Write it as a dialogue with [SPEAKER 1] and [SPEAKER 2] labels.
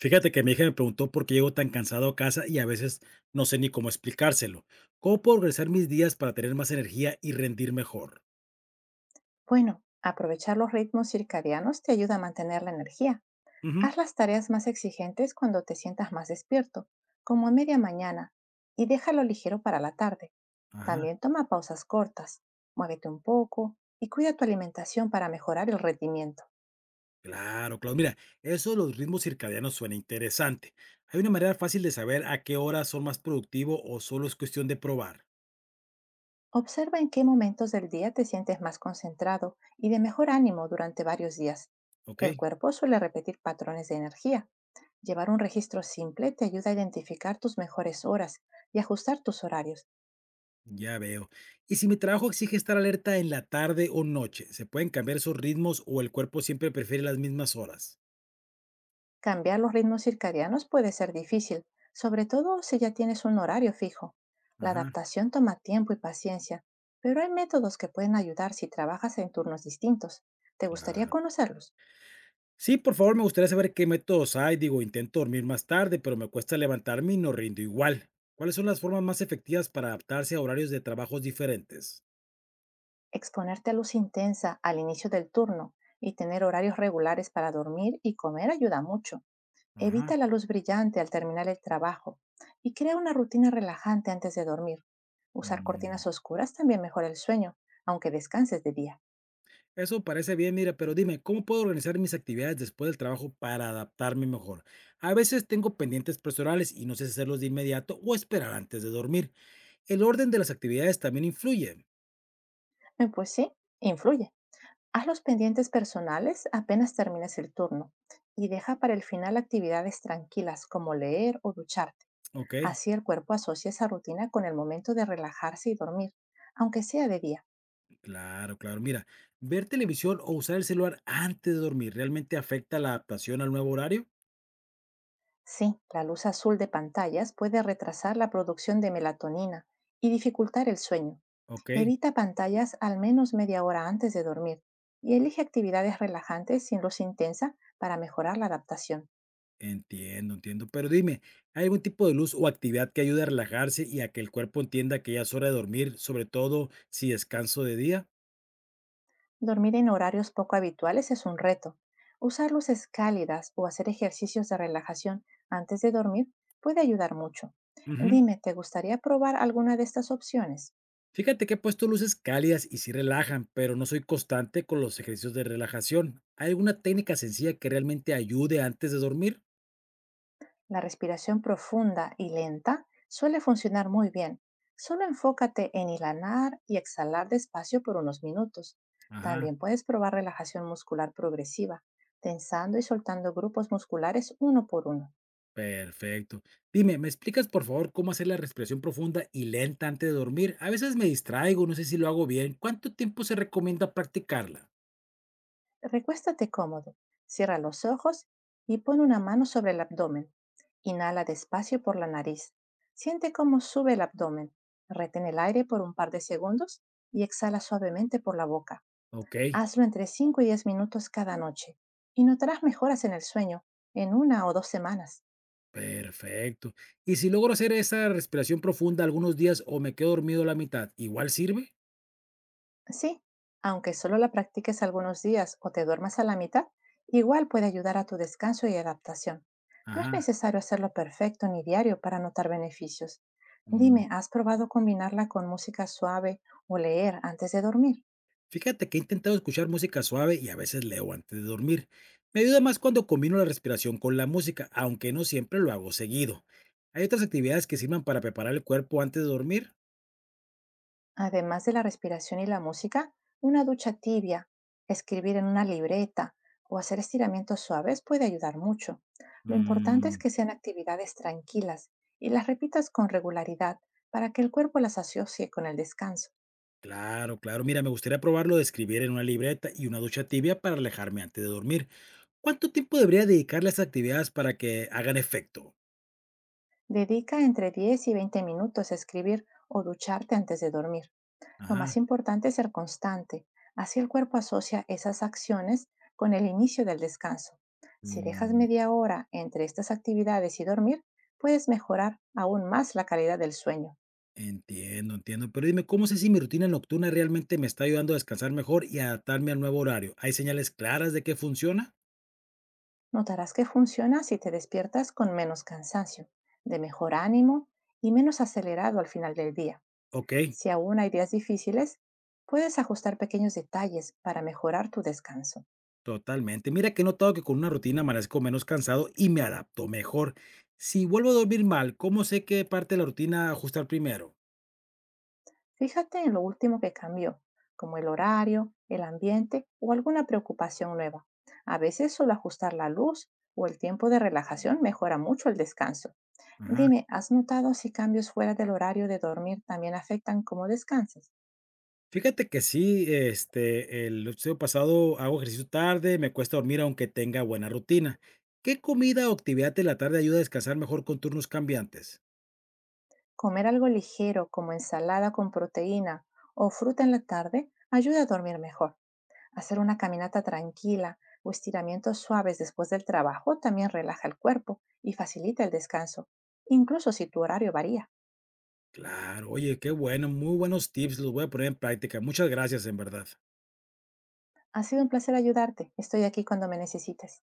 [SPEAKER 1] Fíjate que mi hija me preguntó por qué llego tan cansado a casa y a veces no sé ni cómo explicárselo. ¿Cómo puedo organizar mis días para tener más energía y rendir mejor?
[SPEAKER 2] Bueno, aprovechar los ritmos circadianos te ayuda a mantener la energía.
[SPEAKER 1] Ujú.
[SPEAKER 2] Haz las tareas más exigentes cuando te sientas más despierto, como a media mañana, y déjalo ligero para la tarde.
[SPEAKER 1] Ajá.
[SPEAKER 2] También toma pausas cortas, muévete un poco y cuida tu alimentación para mejorar el rendimiento.
[SPEAKER 1] Claro, claro. Mira, eso de los ritmos circadianos suena interesante. ¿Hay una manera fácil de saber a qué horas son más productivo o solo es cuestión de probar?
[SPEAKER 2] Observa en qué momentos del día te sientes más concentrado y de mejor ánimo durante varios días.
[SPEAKER 1] Ok,
[SPEAKER 2] El cuerpo suele repetir patrones de energía. Llevar un registro simple te ayuda a identificar tus mejores horas y ajustar tus horarios.
[SPEAKER 1] ya veo. Y si mi trabajo exige estar alerta en la tarde o noche, ¿se pueden cambiar esos ritmos o el cuerpo siempre prefiere las mismas horas?
[SPEAKER 2] Cambiar los ritmos circadianos puede ser difícil, sobre todo si ya tienes un horario fijo. La
[SPEAKER 1] Ajá,
[SPEAKER 2] adaptación toma tiempo y paciencia, pero hay métodos que pueden ayudar si trabajas en turnos distintos. ¿Te gustaría
[SPEAKER 1] claro.
[SPEAKER 2] conocerlos?
[SPEAKER 1] Sí, por favor, me gustaría saber qué métodos hay. Digo, intento dormir más tarde, pero me cuesta levantarme y no rindo igual. ¿Cuáles son las formas más efectivas para adaptarse a horarios de trabajos diferentes?
[SPEAKER 2] Exponerte a luz intensa al inicio del turno y tener horarios regulares para dormir y comer ayuda mucho.
[SPEAKER 1] Ajá.
[SPEAKER 2] Evita la luz brillante al terminar el trabajo y crea una rutina relajante antes de dormir. Usar
[SPEAKER 1] Mm.
[SPEAKER 2] cortinas oscuras también mejora el sueño, aunque descanses de día.
[SPEAKER 1] Eso parece bien, mira, pero dime, ¿cómo puedo organizar mis actividades después del trabajo para adaptarme mejor? A veces tengo pendientes personales y no sé si hacerlos de inmediato o esperar antes de dormir. El orden de las actividades también influye.
[SPEAKER 2] Pues sí, influye. Haz los pendientes personales apenas termines el turno y deja para el final actividades tranquilas como leer o ducharte.
[SPEAKER 1] Ok.
[SPEAKER 2] Así el cuerpo asocia esa rutina con el momento de relajarse y dormir, aunque sea de día.
[SPEAKER 1] Claro, claro. Mira, ver televisión o usar el celular antes de dormir, ¿realmente afecta la adaptación al nuevo horario?
[SPEAKER 2] Sí, la luz azul de pantallas puede retrasar la producción de melatonina y dificultar el sueño.
[SPEAKER 1] Ok,
[SPEAKER 2] Evita pantallas al menos media hora antes de dormir y elige actividades relajantes sin luz intensa para mejorar la adaptación.
[SPEAKER 1] entiendo, entiendo. Pero dime, ¿hay algún tipo de luz o actividad que ayude a relajarse y a que el cuerpo entienda que ya es hora de dormir, sobre todo si descanso de día?
[SPEAKER 2] Dormir en horarios poco habituales es un reto. Usar luces cálidas o hacer ejercicios de relajación antes de dormir puede ayudar mucho.
[SPEAKER 1] Ujú.
[SPEAKER 2] Dime, ¿te gustaría probar alguna de estas opciones?
[SPEAKER 1] Fíjate que he puesto luces cálidas y sí relajan, pero no soy constante con los ejercicios de relajación. ¿Hay alguna técnica sencilla que realmente ayude antes de dormir?
[SPEAKER 2] La respiración profunda y lenta suele funcionar muy bien. Solo enfócate en inhalar y exhalar despacio por unos minutos.
[SPEAKER 1] Ajá.
[SPEAKER 2] También puedes probar relajación muscular progresiva, tensando y soltando grupos musculares uno por uno.
[SPEAKER 1] Perfecto. Dime, ¿me explicas por favor cómo hacer la respiración profunda y lenta antes de dormir? A veces me distraigo, no sé si lo hago bien. ¿Cuánto tiempo se recomienda practicarla?
[SPEAKER 2] Recuéstate cómodo, cierra los ojos y pon una mano sobre el abdomen. Inhala despacio por la nariz. Siente cómo sube el abdomen. Retén el aire por un par de segundos y exhala suavemente por la boca.
[SPEAKER 1] Ok,
[SPEAKER 2] Hazlo entre 5 y 10 minutos cada noche y notarás mejoras en el sueño en una o dos semanas.
[SPEAKER 1] perfecto. ¿Y si logro hacer esa respiración profunda algunos días o me quedo dormido a la mitad, igual sirve?
[SPEAKER 2] Sí, aunque solo la practiques algunos días o te duermas a la mitad, igual puede ayudar a tu descanso y adaptación. No es
[SPEAKER 1] Ajá.
[SPEAKER 2] necesario hacerlo perfecto ni diario para notar beneficios.
[SPEAKER 1] Mm.
[SPEAKER 2] Dime, ¿has probado combinarla con música suave o leer antes de dormir?
[SPEAKER 1] Fíjate que he intentado escuchar música suave y a veces leo antes de dormir. Me ayuda más cuando combino la respiración con la música, aunque no siempre lo hago seguido. ¿Hay otras actividades que sirvan para preparar el cuerpo antes de dormir?
[SPEAKER 2] Además de la respiración y la música, una ducha tibia, escribir en una libreta o hacer estiramientos suaves puede ayudar mucho. Lo importante es
[SPEAKER 1] Mm.
[SPEAKER 2] que sean actividades tranquilas y las repitas con regularidad para que el cuerpo las asocie con el descanso.
[SPEAKER 1] Claro, claro. Mira, me gustaría probarlo de escribir en una libreta y una ducha tibia para alejarme antes de dormir. ¿Cuánto tiempo debería dedicarle a estas actividades para que hagan efecto?
[SPEAKER 2] Dedica entre 10 y 20 minutos a escribir o ducharte antes de dormir. Lo más
[SPEAKER 1] Ajá.
[SPEAKER 2] importante es ser constante, así el cuerpo asocia esas acciones con el inicio del descanso. Si dejas
[SPEAKER 1] Mm.
[SPEAKER 2] media hora entre estas actividades y dormir, puedes mejorar aún más la calidad del sueño.
[SPEAKER 1] Entiendo, entiendo. Pero dime, ¿cómo sé si mi rutina nocturna realmente me está ayudando a descansar mejor y adaptarme al nuevo horario? ¿Hay señales claras de que funciona?
[SPEAKER 2] Notarás que funciona si te despiertas con menos cansancio, de mejor ánimo y menos acelerado al final del día.
[SPEAKER 1] Ok,
[SPEAKER 2] Si aún hay días difíciles, puedes ajustar pequeños detalles para mejorar tu descanso.
[SPEAKER 1] totalmente. Mira que he notado que con una rutina amanezco menos cansado y me adapto mejor. Si vuelvo a dormir mal, ¿cómo sé qué parte de la rutina ajustar primero?
[SPEAKER 2] Fíjate en lo último que cambió, como el horario, el ambiente o alguna preocupación nueva. A veces solo ajustar la luz o el tiempo de relajación mejora mucho el descanso.
[SPEAKER 1] Ajá.
[SPEAKER 2] Dime, ¿has notado si cambios fuera del horario de dormir también afectan cómo descansas?
[SPEAKER 1] Fíjate que sí, el episodio pasado hago ejercicio tarde, me cuesta dormir aunque tenga buena rutina. ¿Qué comida o actividad de la tarde ayuda a descansar mejor con turnos cambiantes?
[SPEAKER 2] Comer algo ligero como ensalada con proteína o fruta en la tarde ayuda a dormir mejor. Hacer una caminata tranquila o estiramientos suaves después del trabajo también relaja el cuerpo y facilita el descanso, incluso si tu horario varía.
[SPEAKER 1] Claro, oye, qué bueno, muy buenos tips, los voy a poner en práctica. Muchas gracias, en verdad.
[SPEAKER 2] Ha sido un placer ayudarte. Estoy aquí cuando me necesites.